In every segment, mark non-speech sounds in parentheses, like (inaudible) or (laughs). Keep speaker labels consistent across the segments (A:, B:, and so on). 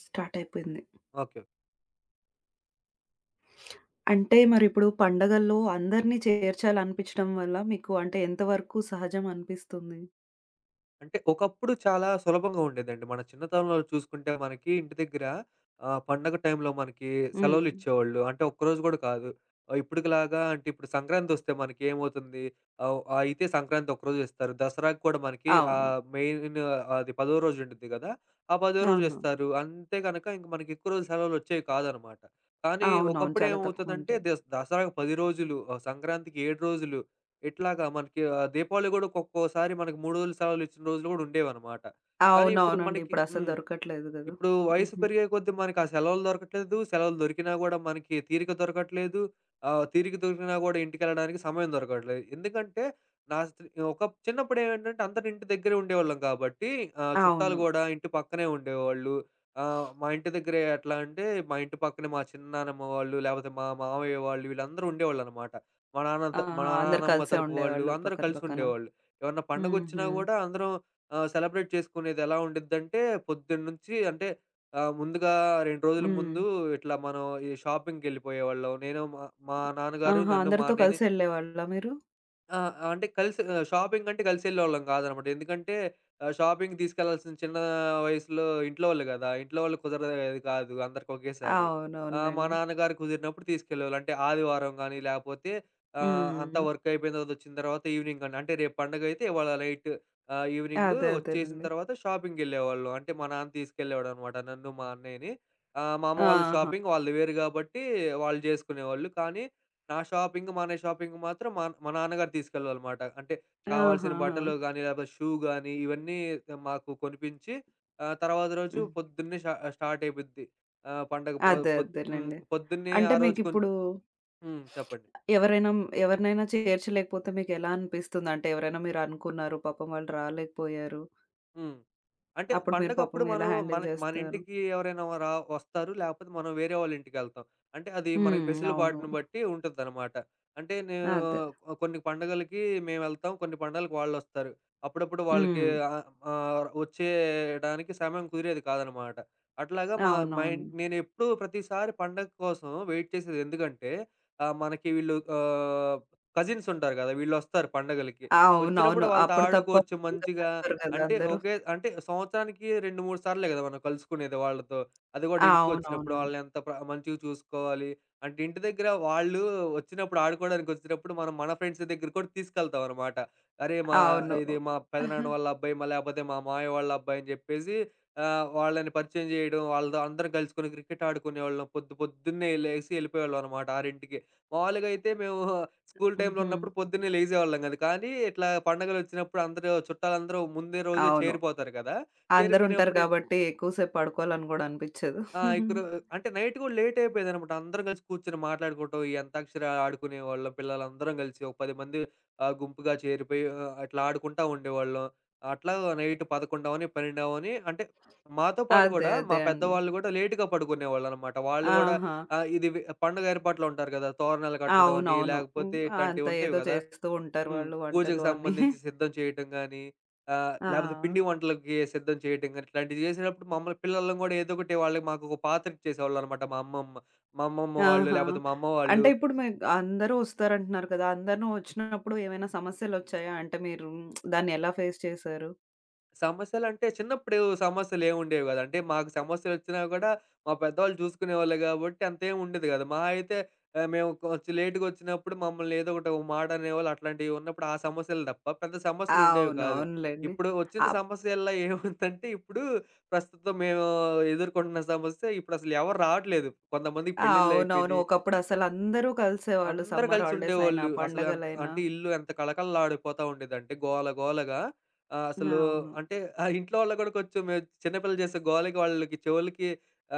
A: Start అయిపోయింది.
B: Okay. Okay.
A: అంటే మరిప్పుడు పండగల్లో అందరిని చేర్చాలనిపిచ్చడం వల్ల మీకు అంటే ఎంత వరకు సహజం అనిపిస్తుంది?
B: అంటే ఒకప్పుడు చాలా సులభంగా ఉండేదండి. మన చిన్నతనంలో చూసుకుంటే మనకి ఇంటి దగ్గర పండగ టైంలో మనకి
A: హ్మ్.
B: సెలవులిచ్చేవాళ్ళు. అంటే ఒక్కరోజు గూడా కాదు. ఇప్పటికిలాగా అంటే ఇప్పుడు సంక్రాంతొస్తే మనకేమవుతుంది? అయితే సంక్రాంతి ఒకరోజు ఇస్తారు. దసరాకి కూడా మనకి
A: అవును.
B: మెయిన్ అది పదో రోజు ఉండిద్ది గదా! ఆ పదో రోజు
A: అవును.
B: ఇస్తారు. అంతే గనక ఇంక మనకి ఎక్కువ రోజులు సెలవులొచ్చేవి కాదనమాట. కానీ
A: అవునవును. చాలా
B: ఒకప్పుడేమవుతదంటే
A: తక్కువుంటాయి.
B: దసరాకి 10 రోజులు, సంక్రాంతికి 7 రోజులు ఇట్లాగా మనకి దీపావళి గూడా ఒక్కొక్కోసారి మనకి 3 రోజులు సెలవులిచ్చిన రోజులు గూడా ఉండేవనమాట. కానీ ఇప్పుడు
A: అవునవునండి.
B: మనకి
A: ఇప్పుడసలు దొరకట్లేదు గదా!
B: ఇప్పుడు వయసు
A: హుహు.
B: పెరిగే కొద్దీ మనకి ఆ సెలవులు దొరకట్లేదు. సెలవులు దొరికినా గూడా మనకి తీరిక దొరకట్లేదు. తీరిక దొరికినా గూడా ఇంటికెళ్ళడానికి సమయం దొరకట్లేదు. ఎందుకంటే నా స్త్రీ ఒక చిన్నప్పుడు ఏమేంటంటే అందరూ ఇంటి దగ్గరే ఉండేవాళ్ళం కాబట్టి చుట్టాలు
A: అవును.
B: గూడా ఇంటి పక్కనే ఉండేవాళ్ళు. మా ఇంటి దగ్గరే ఎట్లా అంటే మా ఇంటి పక్కనే మా చిన్నానమ్మ వాళ్ళు, లేపోతే మా మావయ్య వాళ్ళు వీళ్ళందరూ ఉండేవాళ్ళనమాట. మా నాన్న త మా
A: ఆహా! అందరూ
B: నానమ్మ
A: కలిసే
B: తరపు వాళ్ళు
A: ఉండేవాళ్ళు
B: అందరూ
A: పక్కన
B: కలిసి
A: పక్కన.
B: ఉండేవాళ్ళు. ఏమన్నా పండగొచ్చినా
A: హుహు.
B: గూడా అందరం సెలబ్రేట్ చేసుకునేదెలా ఉండిద్దంటే, పొద్దున్నుంచి అంటే ముందుగా 2 రోజుల
A: హ్మ్.
B: ముందు ఇట్లా మనం ఈ షాపింగ్‌కెళ్ళిపోయేవాళ్ళం. నేను మా మా నాన్నగారు,
A: ఆహా!
B: నన్ను, మా
A: అందరితో
B: అన్నయ్యని
A: కలిసి ఎళ్ళేవాళ్ళా మీరు?
B: ఆ! అంటే కలిసి షాపింగ్‌కంటే కలిసెళ్ళేవాళ్ళం కాదనమాట. ఎందుకంటే షాపింగ్‌కి తీసుకెళ్లాల్సిన చిన్న వయసులో ఇంట్లో వాళ్ళు గదా! ఇంట్లో వాళ్ళు కుదరదది కాదు అందరికి ఒకేసారి. మా
A: అవునవునులెండి.
B: నాన్నగారు కుదిరినప్పుడు తీసుకెళ్ళేవాళ్ళు. అంటే ఆదివారం గానీ, లేపోతే అంతా
A: హ్మ్.
B: వర్క్ అయిపోయిన తర్వాత వచ్చిన తర్వాత ఈవినింగ్ గానీ, అంటే రేపు పండగైతే ఇవాళ నైట్ ఈవినింగ్
A: అదే
B: వచ్చేసిన
A: అదేనండి.
B: తర్వాత షాపింగ్‌కెళ్ళేవాళ్ళం. అంటే మా నాన్న తీసుకెళ్ళేవాడనమాట నన్ను, మా అన్నయ్యని. మా అమ్మ వాళ్ళ
A: ఆహా!
B: షాపింగ్ వాళ్ళది వేరు గాబట్టి వాళ్ళు జేసుకునేవాళ్ళు. కానీ నా షాపింగ్, మా అన్నయ్య షాపింగ్ మాత్రం మా మా నాన్నగారు తీసుకెళ్ళాలనమాట. అంటే కావాల్సిన
A: ఆహాహా!
B: బట్టలు గానీ, లేకపోతే షూ గానీ ఇవన్నీ మాకు కొనిపించి తర్వాత రోజు
A: హ్మ్.
B: పొద్దున్నే స్టార్ట్ అయిపోద్ది. ఆహ్, పండగ పొ
A: అదే
B: పొద్ హ్మ్.
A: అదేలెండి.
B: పొద్దున్నే
A: అంటే
B: ఆ రోజు
A: మీకిప్పుడు
B: హ్మ్. చెప్పండి.
A: ఎవరైనా ఎవరినైనా చేర్చలేకపోతే మీకెలా అనిపిస్తుంది? అంటే ఎవరైనా మీరనుకున్నారు, పాపం వాళ్ళు రాలేకపోయారు.
B: హ్మ్. అంటే
A: అప్పుడు మీరు
B: పండగప్పుడు
A: పాపం ఎలా
B: మనం మన
A: హ్యాండిల్
B: మన
A: చేస్తారు?
B: ఇంటికి ఎవరైనా వస్తారు. లేకపోతే మనం వేరే వాళ్ళ ఇంటికెళ్తాం. అంటే అది మనకి
A: హ్మ్. అవును.
B: వెసులుబాటుని బట్టి ఉంటదనమాట. అంటే నేను
A: అదే.
B: కొన్ని పండగలకి మేమెళ్తాం. కొన్ని పండగలకి వాళ్ళొస్తారు. అప్పుడప్పుడు వాళ్ళకి
A: హ్మ్.
B: ఆహ్, ఆహ్, వచ్చేయడానికి సమయం కుదిరేది కాదనమాట. అట్లాగా మా మా
A: అవునవును.
B: ఇం నేనెప్పుడూ ప్రతిసారి పండగ కోసం వెయిట్ చేసేది ఎందుకంటే మనకి వీళ్ళు కజిన్స్ ఉంటారు కదా! వీళ్ళొస్తారు పండగలకి. వచ్చినప్పుడు
A: అవునవును.
B: వాళ్ళతో
A: అప్పుడు తప్ప
B: ఆడుకోవచ్చు
A: ఇంకా
B: మంచిగా.
A: కలవరు గదా
B: అంటే
A: అందరూ.
B: ఒకే అంటే సంవత్సరానికి 2, 3 సార్లే కదా మనం కలుసుకునేది వాళ్ళతో. అది కూడా ఇంటికొచ్చినప్పుడు
A: అవునవునండి.
B: వాళ్ళని ఎంత ప్ర మంచిగా చూసుకోవాలి. అంటే ఇంటి దగ్గర వాళ్ళు వచ్చినప్పుడు ఆడుకోవడానికొచ్చినప్పుడు మనం మన ఫ్రెండ్స్ దగ్గర కూడా తీసుకెళ్తామనమాట. అరే! మా
A: అవును.
B: ఇది మా పెదనాన్న వాళ్ళ అబ్బాయి లేకపోతే మా మామయ్య వాళ్ళ అబ్బాయి అని చెప్పేసి వాళ్ళని పరిచయం చేయడం. వాళ్ళతో అందరం కలుసుకొని క్రికెట్ ఆడుకునేవాళ్ళం. పొద్దున్నే లేసి ఎళ్ళిపోయేవాళ్ళం అనమాట 6కి. మాములుగా అయితే మేము స్కూల్ టైమ్‌లో
A: హుహు.
B: ఉన్నప్పుడు పొద్దున్నే లెగిసేవాళ్ళం కాదు. కానీ ఇట్లా పండగలొచ్చినప్పుడు అందరూ చుట్టాలందరూ ముందే రోజే
A: అవును.
B: చేరిపోతారు కదా!
A: అందరుంటారు
B: చేరిపోయినప్పుడు
A: కాబట్టి ఎక్కువ సేపు పడుకోవాలని గూడా అనిపిచ్చదు.
B: ఆ!
A: (laughs)
B: ఇక్కడ అంటే నైట్ కూడా లేట్ అయిపోయేదనమాట. అందరం కలిసి కూర్చొని మాట్లాడుకోవటం, ఈ అంతాక్షరి ఆడుకునేవాళ్ళం. పిల్లలందరం కలిసి ఒక 10 మంది గుంపుగా చేరిపోయి అట్లా ఆడుకుంటా ఉండేవాళ్ళం. అట్లా నైట్ 11 అవని, 12 అవని అంటే మాతో పాటు
A: అదే.
B: గూడా మా
A: అదే అండి.
B: పెద్దవాళ్ళు గూడా లేట్‌గా పడుకునేవాళ్ళనమాట. వాళ్ళు గూడా
A: ఆహా!
B: ఆహ్, ఇది పండుగ ఏర్పాట్లో ఉంటారు గదా! తోరణాలు కట్టడం అని,
A: అవునవును. హ్మ్.
B: లేకపోతే
A: అంత
B: ఇట్లాంటివి ఉంటాయి
A: ఏదో
B: గదా!
A: చేస్తూ ఉంటారు
B: హ్మ్.
A: వాళ్ళు
B: పూజకి
A: వంటలు అన్నీ.
B: సంబంధించి సిద్ధం చేయటం గానీ, లేపోతే
A: ఆ!
B: పిండి వంటలకి సిద్ధం చేయటం గానీ, ఇట్లాంటివి చేసినప్పుడు మమ్మల్ని పిల్లలని గూడా ఏదో ఒకటి వాళ్ళకి మాకొక పాత్ర ఇచ్చేసేవాళ్ళనమాట మా అమ్మమ్మ. మా అమ్మమ్మ వాళ్ళు,
A: ఆహా!
B: లేపోతే మా అమ్మ వాళ్ళు
A: అంటే ఇప్పుడు మీ అందరూ వస్తారంటున్నారు కదా! అందరూ వచ్చినప్పుడు ఏమైనా సమస్యలొచ్చాయా? అంటే మీరు దాన్ని ఎలా ఫేస్ చేశారు?
B: సమస్యలంటే చిన్నప్పుడు సమస్యలేముండేవి గాదు. అంటే మాకు సమస్యలొచ్చినా గూడా మా పెద్దవాళ్ళు చూసుకునేవాళ్ళు గాబట్టి అంతేముండేది గాదు. మహా అయితే మేము కొంచెం లేట్‌గొచ్చినప్పుడు మమ్మల్ని ఏదో ఒకటి ఒక మాట అనేవాళ్ళు. అట్లాంటివున్నప్పుడు ఆ సమస్యలు తప్ప పెద్ద సమస్యలుండేవి కాదు.
A: అవునవునులెండి.
B: ఇప్పుడు వచ్చిన
A: అప్
B: సమస్యల్లా ఏముందంటే ఇప్పుడు ప్రస్తుతం మేము ఎదుర్కొంటున్న సమస్య ఇప్పుడసలు ఎవరు రావట్లేదు. కొంతమందికి
A: అవునవును.
B: పెళ్ళిళ్ళయిపోయినియి.
A: ఒకప్పుడు అసలందరూ కలిసేవాళ్ళు
B: అందరూ
A: సమ్మర్ హాలిడేస్ అయినా,
B: కలిసుండేవాళ్ళు. అసలు అంత
A: పండగలైనా.
B: అంటే ఇల్లు ఎంత కళకళలాడిపోతా ఉండేదంటే గోల గోలగా. ఆహ్, అసలు
A: అవును.
B: అంటే ఆ ఇంట్లో వాళ్ళు కూడా కొంచెం మేము చిన్న పిల్లలు చేసే గోలకి వాళ్ళకి చెవులకి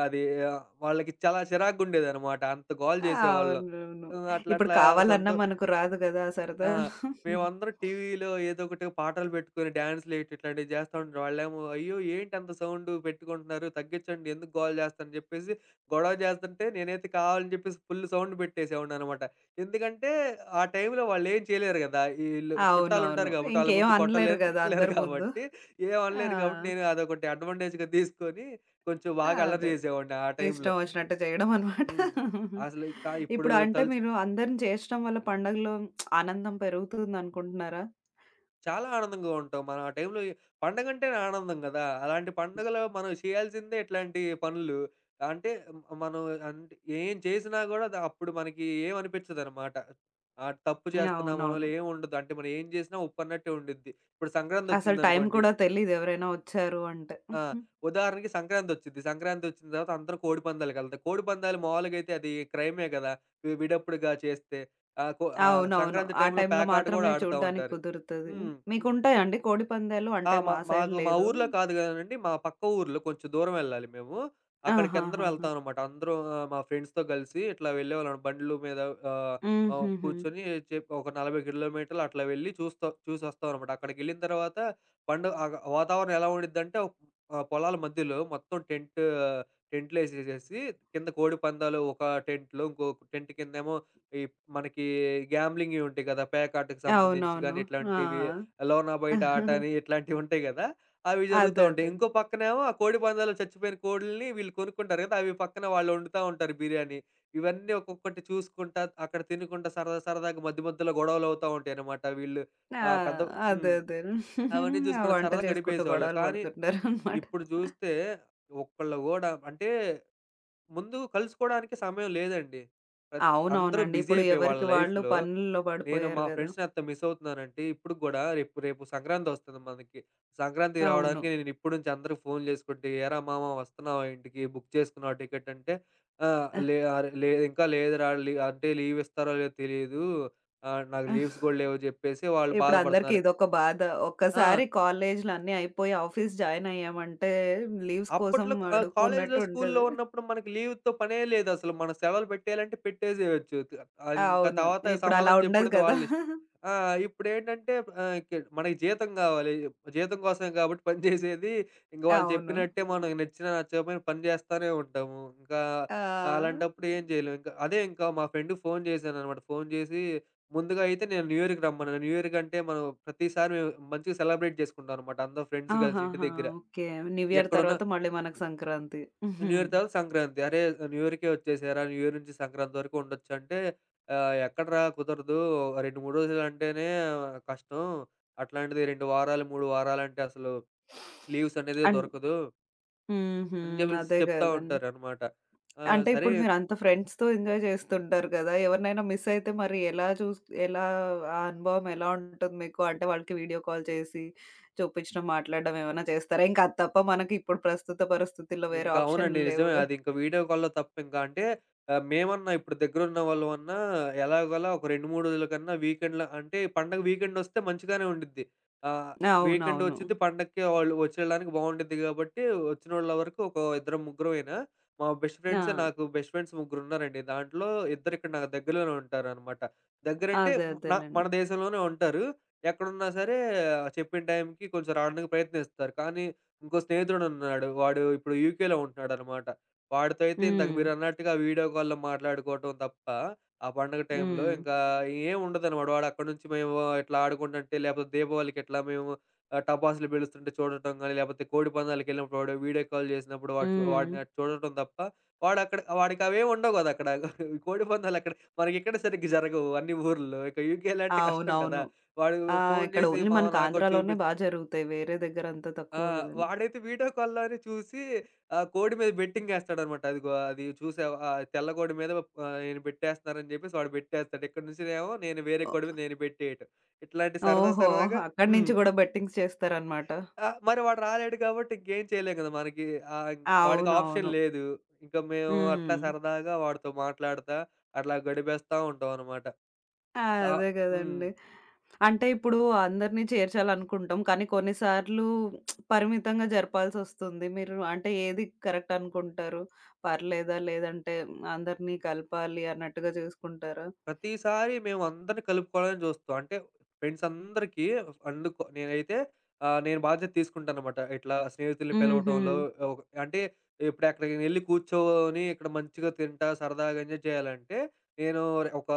B: అది వాళ్ళకి చాలా చిరాకుగుండేదనమాట. అంత గోల చేసేవాళ్ళం.
A: అవునవును.
B: హ్మ్. అట్లా
A: ఇప్పుడు
B: అట్లా
A: కావాలన్నా
B: సంతో
A: మనకు రాదు కదా! ఆ
B: ఆ!
A: సరదాలు.
B: మేమందరం టీవీలో ఏదో ఒకటి పాటలు పెట్టుకొని డాన్స్‌లు ఏటి ఇట్లాంటివి చేస్తా ఉంటారు. వాళ్ళేమో, "అయ్యో! ఏంటి అంత సౌండు పెట్టుకుంటున్నారు? తగ్గించండి. ఎందుకు గోల చేస్తారు?" అని చెప్పేసి గొడవ చేస్తుంటే నేనైతే కావాలని చెప్పేసి ఫుల్ సౌండ్ పెట్టేసేవాడిననమాట. ఎందుకంటే ఆ టైంలో వాళ్ళేం చేయలేరు కదా! ఈళ్ళు
A: అవునవును.
B: చుట్టాలుంటారు కాబట్టి వాళ్ళ
A: ఇంకేం
B: ముందు
A: అనలేరు
B: కొట్టలేరు,
A: కదా!
B: తిట్టలేరు
A: అందరి ముందు.
B: కాబట్టి ఏం అనలేరు కాబట్టి
A: ఆ!
B: నేను అదొకటి అడ్వాంటేజ్‌గా తీసుకొని కొంచెం
A: ఆ!
B: బాగా అల్లరి
A: అదే.
B: చేసేవాడిని ఆ టైంలో.
A: ఇష్టం వచ్చినట్టు చేయడం అనమాట.
B: హ్మ్. అసలు ఇక ఇప్పుడు
A: ఇప్పుడు అంటే
B: తలుచుకుంటే
A: మీరు అందరిని చేర్చడం వల్ల పండగలో ఆనందం పెరుగుతుందనుకుంటున్నారా?
B: చాలా ఆనందంగా ఉంటాం. మనం ఆ టైంలో ఈ పండగంటేనే ఆనందం గదా! అలాంటి పండగలో మనం చేయాల్సిందే ఇట్లాంటి పనులు. అంటే మనం అంటే ఏం చేసినా గూడా అప్పుడు మనకి ఏమనిపించదనమాట. ఆ తప్పు
A: హ్మ్.
B: చేస్తున్నామనో
A: అవునవును.
B: ఏముండదు. అంటే మనం ఏం చేసినా ఉప్పన్నట్టే ఉండిద్ది. ఇప్పుడు
A: అసలు టైం
B: సంక్రాంతొచ్చిందనుకోండి
A: కూడా తెలీదు ఎవరైనా వచ్చారు అంటే.
B: ఆ! ఉదాహరణకి సంక్రాంతొచ్చిద్ది. సంక్రాంతొచ్చిన తర్వాత అందరూ కోడి పందాలకెళ్తారు. కోడి పందాలు మామూలుగా అయితే అది క్రైమే గదా! విడప్పుడుగా చేస్తే.
A: అవునవును.
B: సంక్రాంతి
A: ఆ
B: టైంలో
A: టైంలో
B: పేకాట గూడా
A: మాత్రమే
B: ఆడుతా
A: చూడ్డానికి
B: ఉంటారు.
A: కుదురుతది.
B: హ్మ్.
A: మీకుంటాయా అండి కోడిపందాలు?
B: ఆ!
A: అంటే మా సైడ్
B: మాకు మా
A: లేదు.
B: ఊర్లో కాదు గానండి. మా పక్క ఊర్లో కొంచెం దూరం వెళ్ళాలి మేము. అక్కడికి అందరం
A: ఆహాహాహా!
B: వెళ్తామనమాట. అందరం మా ఫ్రెండ్స్‌తో కలిసి ఇట్లా వెళ్ళేవాళ్ళం. బండ్లు మీద ఆహ్, ఆహ్,
A: హుహుహు.
B: కూర్చొని ఒక 40 కిలోమీటర్లు అట్లా వెళ్ళి చూసొస్తామనమాట. అక్కడికెళ్ళిన తర్వాత వాతావరణం ఎలా ఉండిద్దంటే పొలాల మధ్యలో మొత్తం టెంట్‌లేసేసేసి కింద కోడి పందాలు ఒక టెంట్‌లో, ఇంకో టెంట్ కిందేమో ఈ మనకి గ్యామ్లింగ్‌వి ఉంటాయి కదా! పేకాటకి సంబంధించి గాని
A: అవునవును. ఆ!
B: ఇట్లాంటివి లోనా బయట ఆట అని ఇట్లాంటివి ఉంటాయి కదా! అవి జరుగుతా
A: అదే
B: ఉంటాయి.
A: అదే.
B: ఇంకో పక్కనేమో ఆ కోడి పందాల్లో చచ్చిపోయిన కోడుల్ని వీళ్ళు కొనుక్కుంటారు కదా! అవి పక్కన వాళ్ళు వండుతా ఉంటారు బిర్యానీ. ఇవన్నీ ఒక్కొక్కటి చూసుకుంటా, అక్కడ తినుకుంటా సరదా సరదాగా మధ్య మధ్యలో గొడవలు అవుతా ఉంటాయన్నమాట. వీళ్ళు
A: ఆ!
B: ఆహ్, పెద్ద
A: అదే
B: హ్మ్.
A: అదే.
B: అవన్నీ
A: ఆ
B: చూసుకుంటా
A: వంట
B: సరదా
A: చేసుకుంటూ
B: గడిపేసేవాళ్ళం.
A: గొడవలు
B: కానీ
A: పడుతుంటారనమాట.
B: ఇప్పుడు చూస్తే ఒక్కళ్ళు గూడా అంటే ముందు కలుసుకోవడానికి సమయం లేదండి. ప్రతి అందరూ
A: అవునవునండి.
B: బిజీ
A: ఇప్పుడు
B: అయిపోయి వాళ్ళ
A: ఎవరికి వాళ్ళు
B: లైఫ్‌లో.
A: పనుల్లో
B: నేను మా
A: పడిపోయారు గదా!
B: ఫ్రెండ్స్‌ని ఎంత మిస్ అవుతున్నానంటే, ఇప్పుడికి గూడా రేపు రేపు సంక్రాంతొస్తుంది మనకి. సంక్రాంతికి
A: అవును.
B: రావడానికి నేను ఇప్పటి నుంచి అందరికి ఫోన్‌లు చేసుకుంటే, "ఏరా మామ వస్తున్నావా ఇంటికి? బుక్ చేసుకున్నావా టికెట్?" అంటే, "ఆహ్, లే అరె లే ఇంకా లేదురా అంటే లీవ్ ఇస్తారో లేదో తెలీదు. నాకు లీవ్స్
A: (laughs)
B: గూడా లేవు" జెప్పేసి వాళ్ళు
A: ఇప్పుడు అందరికి
B: బాధపడుతున్నారు.
A: ఇదొక బాధ.
B: ఆ!
A: ఒక్కసారి కాలేజీలన్నీ అయిపోయి ఆఫీస్ జాయిన్ అయ్యామంటే లీవ్స్ కోసం
B: అప్పట్లో కాలేజ్‌లో,
A: అడుక్కున్నట్టు
B: స్కూల్‌లో
A: ఉంటది.
B: ఉన్నప్పుడు మనకి లీవ్‌తో పనే లేదసలు. మనం సెలవులు పెట్టేయాలంటే పెట్టేసేయొచ్చు. అది ఇంకా
A: అవును.
B: తర్వాత
A: ఇప్పుడు అలా
B: సమాధానం
A: ఉండదు
B: చెప్పుకునేది
A: కదా!
B: వాళ్ళ ఇష్టం. ఆ! ఇప్పుడేంటంటే ఇక మనకి జీతం కావాలి. జీతం కోసమే కాబట్టి పని చేసేది. ఇంక వాళ్ళు
A: అవును.
B: చెప్పినట్టే మనం నచ్చినా, నచ్చకపోయినా పని చేస్తానే ఉంటాము. ఇంకా
A: ఆ!
B: అలాంటప్పుడు ఏం చేయలేం. ఇంకా అదే ఇంకా మా ఫ్రెండ్‌కి ఫోన్ చేశాననమాట. ఫోన్ చేసి ముందుగా అయితే నేను న్యూ ఇయర్‌కి రమ్మన్నాను. న్యూ ఇయర్ కంటే మనం ప్రతిసారి మేము మంచిగా సెలబ్రేట్ చేసుకుంటాం అనమాట. అందరం ఫ్రెండ్స్ కలిసి ఇంటి
A: ఆహాహా!
B: దగ్గర.
A: ఓకే. న్యూ ఇయర్
B: ఎక్కడున్నా
A: తర్వాత మళ్ళీ మనకు సంక్రాంతి. హుహు.
B: న్యూ ఇయర్ తర్వాత సంక్రాంతి. అరే! న్యూ ఇయర్‌కే వచ్చేసారా? న్యూ ఇయర్ నుంచి సంక్రాంతి వరకు ఉండొచ్చు అంటే, ఎక్కడరా కుదరదు. 2, 3 రోజులు అంటేనే కష్టం. అట్లాంటిది 2 వారాలు, 3 వారాలంటే అసలు లీవ్స్ అనేది
A: అన్
B: దొరకదు
A: హుహు.
B: అని చెప్పేసి
A: అదే
B: చెప్తా
A: గదండీ!
B: ఉంటారనమాట.
A: అంటే
B: సరే
A: ఇప్పుడు మీరంత ఫ్రెండ్స్‌తో ఎంజాయ్ చేస్తుంటారు కదా! ఎవరినైనా మిస్ అయితే మరి ఎలా ఎలా ఆ అనుభవం ఎలా ఉంటుంది మీకు? అంటే వాళ్ళకి వీడియో కాల్ చేసి చూపించడం, మాట్లాడడం ఏమైనా చేస్తారా? ఇంక అది తప్ప మనకి ఇప్పుడు ప్రస్తుత పరిస్థితుల్లో వేరే
B: ఇంకా అవునండి.
A: ఆప్షన్లు
B: నిజమే.
A: లేవుగా.
B: అది ఇంకా వీడియో కాల్‌లో తప్ప ఇంకా అంటే మేమన్నా ఇప్పుడు దగ్గరున్న వాళ్ళమన్నా ఎలాగోలా ఒక 2, 3 రోజుల కన్నా వీకెండ్‌ల అంటే ఈ పండగ వీకెండొస్తే మంచిగానే ఉండిద్ది. ఆహ్, వీకెండ్
A: అవునవును.
B: వచ్చిద్ది. పండక్కి వాళ్ళు వచ్చేయడానికి బావుండిద్ది కాబట్టి వచ్చినోళ్ళ వరకు ఒక ఇద్దరం ముగ్గురమేనా మా బెస్ట్
A: ఆ!
B: ఫ్రెండ్సే నాకు బెస్ట్ ఫ్రెండ్స్ ముగ్గురున్నారండి. దాంట్లో ఇద్దరు ఇక్కడ నాకు దగ్గరలోనే ఉంటారనమాట. దగ్గరంటే
A: అదే
B: మన
A: అదేలెండి.
B: దేశంలోనే ఉంటారు. ఎక్కడున్నా సరే ఆ, చెప్పిన టైంకి కొంచెం రావడానికి ప్రయత్నిస్తారు. కానీ ఇంకో స్నేహితుడున్నాడు. వాడు ఇప్పుడు యూకేలో ఉంటున్నాడనమాట. వాడితో అయితే ఇందాక
A: హ్మ్.
B: మీరన్నట్టుగా వీడియో కాల్‌లో మాట్లాడుకోవటం తప్ప, ఆ పండగ టైంలో
A: హ్మ్.
B: ఇంకా ఏం ఉండదనమాట. వాడు అక్కడి నుంచి మేము ఇట్లా ఆడుకుంటుంటే, లేపోతే దీపావళికి ఇట్లా మేము టపాసులు పేలుస్తుంటే చూడటం గానీ, లేపోతే కోడి పందాలకెళ్ళినప్పుడు వాడు వీడియో కాల్ జేసినప్పుడు వాడు చు
A: హ్మ్.
B: వాడిని అటు చూడటం తప్ప, వాడక్కడ వాడికవేం ఉండవు గదా! అక్కడ. (laughs) కోడి పందాలక్కడ మనకిక్కడ సరిగ్గా జరగవు అన్ని ఊర్లలో. ఇక యూకేలో అంటే కష్టం గదా!
A: అవునవును.
B: వాడు
A: ఆ!
B: ఫోను
A: ఇక్కడ
B: జేసి,
A: ఓన్లీ
B: "మామ
A: మనకు
B: నాకు గూడా
A: ఆంధ్రాలోనే
B: చూపించు"
A: బా జరుగుతాయి. వేరే దగ్గర అంత
B: ఆ!
A: తక్కువ కదండీ.
B: వాడైతే వీడియో కాల్‌లోనే చూసి కోడి మీద బెట్టింగేస్తాడనమాట. అదిగో అది చూసావా తెల్ల కోడి మీద ఈయన బెట్టేస్తున్నారని జెప్పేసి వాడు బెట్టేస్తాడు. ఇక్కడ నుంచినేమో నేను వేరే కోడి
A: ఓహ్!
B: మీద నేను బెట్టేయటం. ఇట్లాంటి సరదా
A: ఓహో!
B: సరదాగా
A: అక్కడి
B: హ్మ్.
A: నుంచి గూడా బెట్టింగ్స్ చేస్తారనమాట.
B: మరి వాడు రాలేడు కాబట్టి ఇంకేం చేయలేం గదా! మనకి ఆహ్, వాడికి ఆప్షన్
A: అవునవును.
B: లేదు. ఇంక మేము అట్లా
A: హ్మ్.
B: సరదాగా వాడితో మాట్లాడతా, అట్లా గడిపేస్తా ఉంటామనమాట. ఇంకా
A: అదే
B: హ్మ్.
A: గదండీ. అంటే ఇప్పుడు అందరిని చేర్చాలనుకుంటాం. కానీ కొన్నిసార్లు పరిమితంగా జరపాల్సొస్తుంది. మీరు అంటే ఏది కరెక్ట్ అనుకుంటారు? పర్లేదా? లేదంటే అందరినీ కలపాలి అన్నట్టుగా జూసుకుంటారా?
B: ప్రతిసారి మేమందరిని కలుపుకోవాలని చూస్తాం. అంటే ఫ్రెండ్స్ అందరికీ అందుకు నేనైతే నేను బాధ్యత తీసుకుంటాననమాట. ఇట్లా స్నేహితుల్ని
A: హుహు.
B: పిలవటంలో ఒక అంటే ఇప్పుడు ఎక్కడికైనా ఎళ్లి కూర్చొని ఇక్కడ మంచిగా తింటా, సరదాగా ఎంజాయ్ చేయాలంటే నేను ఒక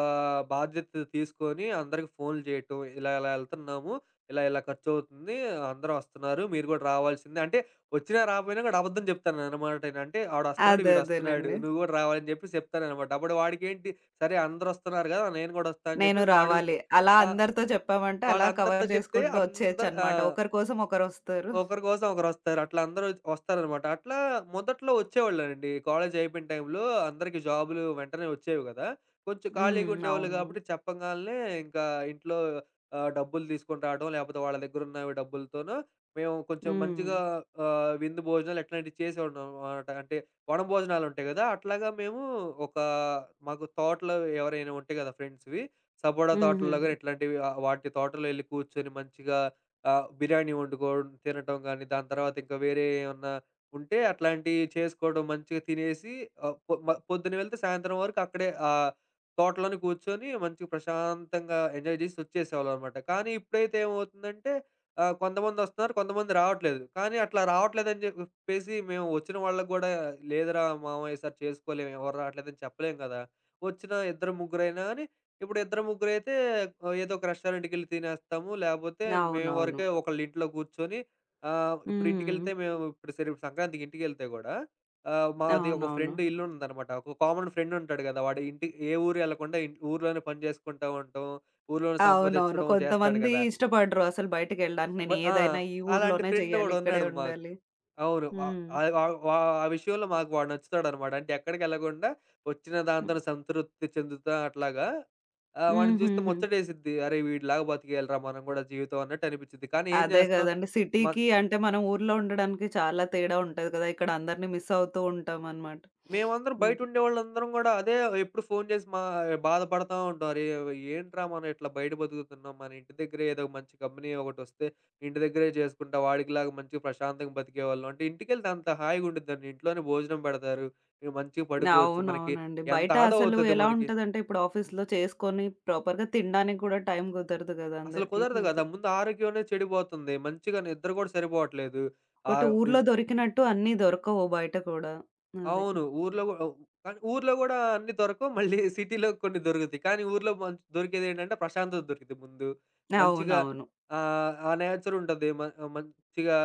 B: బాధ్యత తీసుకొని అందరికి ఫోన్లు చేయటం. ఇలా ఇలా ఎళ్తున్నాము. ఇలా ఇలా ఖర్చవుతుంది. అందరూ వస్తున్నారు. మీరు కూడా రావాల్సిందే. అంటే వచ్చినా రాకపోయినా కూడా అబద్ధం చెప్తాననమాట. అంటే ఆడొస్తున్నాడు,
A: అదే
B: వీడొస్తున్నాడు.
A: అదేలెండి.
B: నువ్వు కూడా రావాలని చెప్పేసి చెప్తాననమాట. అప్పుడు వాడికేంటి సరే అందరొస్తున్నారు గదా! నేను గూడా ఒస్తా అని
A: నేను
B: జెప్పేసి
A: రావాలి. అలా
B: ఆహ్,
A: అందరితో చెప్పామంటే అలా
B: వాళ్ళందరితో
A: కవర్
B: జెప్తే
A: చేసుకుంటూ
B: అందరు ఆ!
A: ఒచ్చేయొచ్చనమాట. ఒకరి కోసం ఒకరొస్తారు.
B: ఒకరి కోసం ఒకరొస్తారు. అట్లా అందరూ వస్తారనమాట. అట్లా మొదట్లో వచ్చేవాళ్ళండి. కాలేజ్ అయిపోయిన టైంలో అందరికీ జాబులు వెంటనే వచ్చేవి కదా! కొంచెం ఖాళీగా
A: హ్మ్.
B: ఉండేవాళ్ళు
A: అవును.
B: కాబట్టి చెప్పంగాల్నే ఇంకా ఇంట్లో డబ్బులు తీసుకొని రావడం, లేపోతే వాళ్ళ దగ్గరున్న డబ్బులతోనో మేము కొంచెం
A: హ్మ్.
B: మంచిగా విందు భోజనాలు ఇట్లాంటివి చేసేవాళ్ళం అనమాట. అంటే వనభోజనాలుంటాయి కదా! అట్లాగా మేము ఒక మాకు తోటలో ఎవరైనా ఉంటే కదా ఫ్రెండ్స్‌వి, సపోటా తోటల్లో
A: హుహుహు.
B: గాని ఇట్లాంటివి వాటి తోటలో ఎళ్లి కూర్చొని మంచిగా బిర్యానీ వండుకోవడం తినటం గానీ, దాని తర్వాత ఇంకా వేరే ఏమన్నా ఉంటే అట్లాంటియి చేసుకోవడం మంచిగా తినేసి ఆహ్, పొ మ పొద్దున వెళ్తే సాయంత్రం వరకు అక్కడే తోటలోనే కూర్చొని మంచిగా ప్రశాంతంగా ఎంజాయ్ జేసి వచ్చేసేవాళ్ళమనమాట. కానీ ఇప్పుడైతే ఏమవుతుందంటే కొంతమందొస్తున్నారు, కొంతమంది రావట్లేదు. కానీ అట్లా రావట్లేదని జెప్పేసి మేము వచ్చిన వాళ్ళకి గూడా లేదురా మామ ఈసారి చేసుకోలేము, ఎవరు రావట్లేదని చెప్పలేం గదా! వచ్చిన ఇద్దరు ముగ్గురైనా అని ఇప్పుడు ఇద్దరు ముగ్గురైతే ఏదో ఒక రెస్టారెంట్‌కెళ్ళి తినేస్తాము. లేపోతే మేము
A: అవునవును.
B: వరకే ఒకళ్ళ ఇంట్లో కూర్చొని ఆహ్, ఇప్పుడు ఇంటికెళ్తే
A: హ్మ్.
B: మేము ఇప్పుడు సరే ఇప్పుడు సంక్రాంతికి ఇంటికెళ్తే గూడా మాది ఒక
A: అవునవును.
B: ఫ్రెండ్ ఇల్లుందనమాట. ఒక కామన్ ఫ్రెండ్ ఉంటాడు గదా! వాడు ఇంటి ఏ ఊరు ఎళ్ళకుండా ఊర్లోనే పని చేసుకుంటా ఉండటం, ఊర్లోనే
A: అవునవును.
B: సంపాదిచ్చడం చేస్తాడు
A: కొంతమంది
B: గదా!
A: ఇష్టపడరు అసలు బయటికెళ్ళడానికి. నేను
B: ఆ!
A: ఏదైనా ఈ
B: అలాంటి
A: ఊర్లోనే
B: ఫ్రెండ్
A: చేయాలి, ఇక్కడే
B: ఒకడున్నాడు మాకు.
A: ఉండాలి.
B: అవును. ఆహ్,
A: హ్మ్.
B: ఆహ్, ఆహ్, వా ఆ విషయంలో మాకు వాడు నచ్చుతాడనమాట. అంటే ఎక్కడికెళ్ళకుండా వచ్చిన
A: హ్మ్.
B: దాంతోనే సంతృప్తి చెందుతా అట్లాగా వాడిని చూస్తే
A: హుహుహు.
B: ముచ్చటేసిద్ది. అరే! వీడిలాగా బతికేయాలిరా మనం గూడా జీవితం అన్నట్టు అనిపిచ్చిద్ది. కానీ ఏం
A: అదే
B: జేస్తాం?
A: గదండీ.
B: మ
A: సిటీకి అంటే మనం ఊర్లో ఉండడానికి చాలా తేడా ఉంటది కదా! ఇక్కడ అందరిని మిస్ అవుతూ ఉంటామనమాట.
B: మేమందరం బయట
A: అది.
B: ఉండేవాళ్ళందరం గూడా అదే ఎప్పుడు ఫోను చేసి మా బాధపడతా ఉంటాం. అరే! ఏంట్రా మనం ఇట్లా బయట బతుకుతున్నాం. మన ఇంటి దగ్గరే ఏదో మంచి కంపెనీ ఒకటొస్తే ఇంటి దగ్గరే చేసుకుంటా వాడికిలాగా మంచిగా ప్రశాంతంగా బతికేవాళ్ళం. అంటే ఇంటికెళ్తే అంత హాయిగా ఉండిద్దండి. ఇంట్లోనే భోజనం పెడతారు. ఇక మంచిగా పడుకోవచ్చు.
A: అవునవునండి.
B: ఎంత
A: బయట
B: ఆదా
A: అసలు
B: అవుతది
A: ఎలా
B: మనకి.
A: ఉంటదంటే ఇప్పుడు ఆఫీస్‌లో చేసుకొని ప్రాపర్‌గా తినడానికి గూడా టైం కుదరదు గదా!
B: అసలు
A: అందరికి.
B: కుదరదు గదా!
A: అది.
B: ముందు ఆరోగ్యం అనేది చెడిపోతుంది. మంచిగా నిద్ర గూడా సరిపోవట్లేదు.
A: ఒకటి
B: ఆహ్,
A: ఊర్లో
B: ఇన్
A: దొరికినట్టు అన్నీ దొరకవు బయట కూడా. అది.
B: అవును. ఊర్లో గూ అవ్ కానీ ఊర్లో గూడా అన్నీ దొరకవు. మళ్ళీ సిటీలో కొన్ని దొరుకుతాయి. కానీ ఊర్లో మంచ్ దొరికేదేంటంటే ప్రశాంతత దొరికిద్ది ముందు. మంచిగా
A: అవునవును.
B: ఆ నేచరుంటది. మంచిగా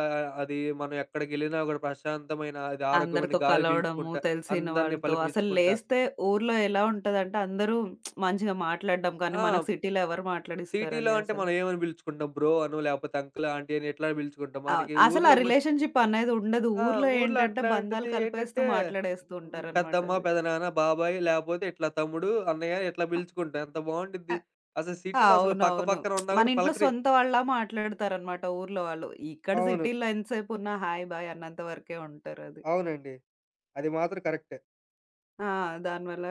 B: అది మనం ఎక్కడికెళ్ళినా గూడా ప్రశాంతమైన అది ఆరోగ్యమైన
A: అందరితో
B: గాలి
A: కలవడము,
B: పీల్చుకుంటా,
A: తెలిసిన
B: అందరిని
A: వాళ్ళతో అసలు
B: పలకరించుకుంటా
A: లేస్తే ఊర్లో ఎలా ఉంటదంటే అందరూ మంచిగా మాట్లాడడం కానీ,
B: ఆ!
A: మనకు సిటీలో ఎవరు
B: సిటీలో
A: మాట్లాడిస్తారండి
B: అంటే
A: అసలు.
B: మనం ఏమని పిలుచుకుంటాం? బ్రో అనో, లేకపోతే అంకుల్, ఆంటీ అని ఇట్లా పిలుచుకుంటాం.
A: అవును.
B: మనకి
A: అసలు ఆ
B: ఊర్లోకి
A: రిలేషన్‌షిప్ అనేది ఉండదు.
B: ఆ!
A: ఊర్లో
B: ఊర్లో
A: ఏంటంటే
B: అట్లాంటిది
A: బంధాలు కలిపేస్తూ
B: ఏంటంటే,
A: మాట్లాడేస్తూ
B: హ్మ్,
A: ఉంటారనమాట
B: పెద్దమ్మ,
A: అది.
B: పెదనాన్న, బాబాయ్ లేపోతే ఇట్లా తమ్ముడు, అన్నయ్య ఇట్లా
A: అ
B: పిలుచుకుంటా. ఎంత
A: అ
B: బావుండిద్ది. అసలు సిటీలో అసలు పక్క
A: అవునవును.
B: పక్కన ఉన్నా
A: మన
B: గూడా
A: ఇంట్లో సొంత వాళ్ళలా మాట్లాడతారనమాట ఊర్లో వాళ్ళు. ఇక్కడ
B: అవును.
A: సిటీలో ఎంతసేపు ఉన్నా హాయ్, బాయ్ అన్నంత వరకే ఉంటారది.
B: అవునండి. అది మాత్రం కరెక్టే.
A: ఆ! దానివల్ల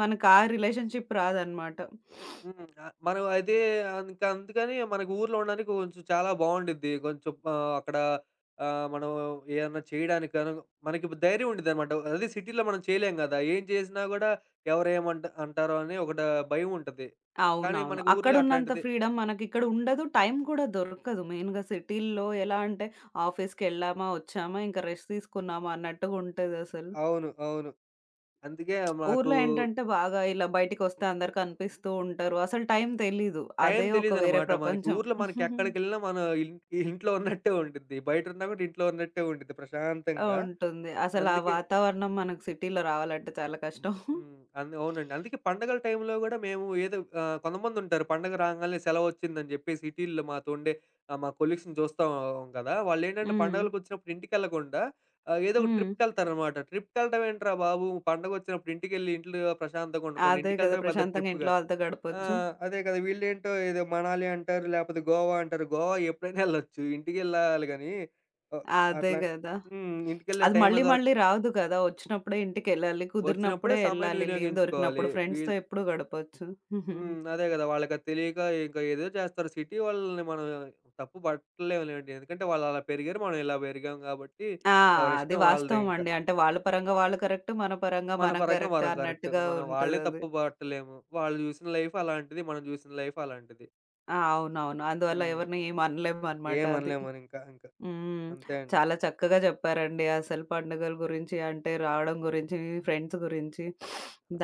A: మనకు ఆ రిలేషన్‌షిప్ రాదనమాట.
B: హ్మ్. మనం అదే ఇంక అందుకని మనకు ఊర్లో ఉండడానికి కొంచెం చాలా బావుండిద్ది. కొంచెం అక్కడ మనం ఏమన్నా చేయడానికి గాను మనకి ధైర్యం ఉండిద్దనమాట. అదే సిటీలో మనం చేయలేం గదా! ఏం చేసినా గూడా ఎవరేమంట అంటారో అని ఒకటి భయం ఉంటది. కానీ
A: అవునవును.
B: మనకు ఊర్లో
A: అక్కడున్నంత
B: అట్లాంటిది
A: ఫ్రీడమ్ మనకిక్కడ ఉండదు. టైం కూడా దొరకదు. మెయిన్‌గా సిటీల్లో ఎలా అంటే ఆఫీస్‌కెళ్ళామా, వచ్చామా, ఇంకా రెస్ట్ తీసుకున్నామా అన్నట్టుగా ఉంటదసలు.
B: అవును. అవును. అందుకే మాకు
A: ఊర్లో ఏంటంటే బాగా ఇలా బయటికొస్తే అందరు కనిపిస్తూ ఉంటారు. అసలు టైం తెలీదు.
B: టైం
A: అదే ఒక వేరే
B: తెలీదనమాట. మనకి
A: ప్రపంచం.
B: ఊర్లో మనకెక్కడికెళ్ళినా మనం ఇన్ ఇంట్లో ఉన్నట్టే ఉండిద్ది. బయటున్నా గూడా ఇంట్లో ఉన్నట్టే ఉండిద్ది ప్రశాంతంగా.
A: ఉంటుంది. అసలు ఆ
B: అందుకే
A: వాతావరణం మనకు సిటీలో రావాలంటే చాలా కష్టం.
B: హ్మ్. అవునండి. అందుకే పండగల టైంలో గూడా మేము ఏదో కొంతమందుంటారు పండగ రాంగాల్నే సెలవొచ్చిందని జెప్పి సిటీల్లో మాతో ఉండే మా కొలీగ్స్‌ని చూస్తాం గదా! వాళ్ళేంటంటే
A: హ్మ్.
B: పండగలకొచ్చినప్పుడు ఇంటికెళ్ళకుండా ఏదో ఒక
A: హ్మ్.
B: ట్రిప్‌కెళ్తారనమాట. ట్రిప్‌కెళ్ళడం ఏంట్రా బాబు! పండగొచ్చినప్పుడు ఇంటికెళ్ళి ఇంట్లో ప్రశాంతంగా ఉండకుండా
A: అదే కదా!
B: ఇంటికెళ్ళడమే పెద్ద
A: ప్రశాంతంగా
B: ట్రిప్‌గా
A: ఇంట్లో వాళ్ళతో
B: ఆ!
A: గడపొచ్చు.
B: అదే కదా! వీళ్ళేంటో ఏదో మనాలి అంటారు, లేపోతే గోవా అంటారు. గోవా ఎప్పుడైనా ఎళ్ళొచ్చు. ఇంటికెళ్ళాలి గానీ ఆహ్,
A: అదే
B: అట్లా
A: కదా!
B: హ్మ్. ఇంటికెళ్ళే
A: అది
B: టైమే
A: మళ్ళీ
B: దొరక్క
A: మళ్ళీ రాదు కదా! వచ్చినప్పుడే ఇంటికెళ్ళాలి.
B: వచ్చినప్పుడే
A: కుదిరినప్పుడే
B: సమయాన్ని
A: ఎళ్ళాలి. లీవ్
B: వినియోగించుకోవాలి.
A: దొరికినప్పుడు. ఫ్రెండ్స్‌తో
B: వీళ్
A: ఎప్పుడు గడపొచ్చు.
B: హ్మ్. అదే గదా! వాళ్ళకది తెలియక ఇంకా ఏదో చేస్తారు. సిటీ వాళ్ళని మనం తప్పు పట్టలేంలేండి. ఎందుకంటే వాళ్ళలా పెరిగారు. మనం ఇలా పెరిగాం గాబట్టి
A: ఆ! అది
B: ఎవరిష్టం వాళ్ళదే
A: వాస్తవం
B: ఇంకా.
A: అండి. అంటే వాళ్ళ పరంగా వాళ్ళు కరెక్ట్. మన పరంగా
B: మన
A: మనకు
B: పరంగా
A: కరెక్ట్
B: మనం కరెక్ట్.
A: అన్నట్టుగా
B: మనం వాళ్ళే
A: ఉంటదది.
B: తప్పు పట్టలేము. వాళ్ళు జూసిన లైఫ్ అలాంటిది. మనం జూసిన లైఫ్ అలాంటిది.
A: ఆ! అవునవును. అందువల్ల
B: హ్మ్.
A: ఎవరిని ఏమి అనలేమనమాట అది.
B: ఏమనలేం మనింకా. ఇంక.
A: హ్మ్.
B: అంతే అండి.
A: చాలా చక్కగా చెప్పారండి. అసలు పండుగల గురించి, అంటే రావడం గురించి, ఫ్రెండ్స్ గురించి.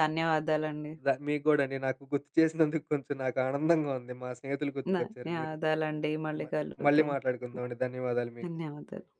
A: ధన్యవాదాలండి.
B: మీకు గూడా అండి. నాకు గుర్తు చేసినందుకు కొంచెం నాకు ఆనందంగా ఉంది. మా స్నేహితులు గుర్తుకొచ్చారు మీరు.
A: ధన్యవాదాలండి. మళ్ళీ
B: మ మళ్ళీ
A: కలుద్దాం.
B: మాట్లాడుకుందాం అండి. ధన్యవాదాలు మీకు.
A: ధన్యవాదాలు.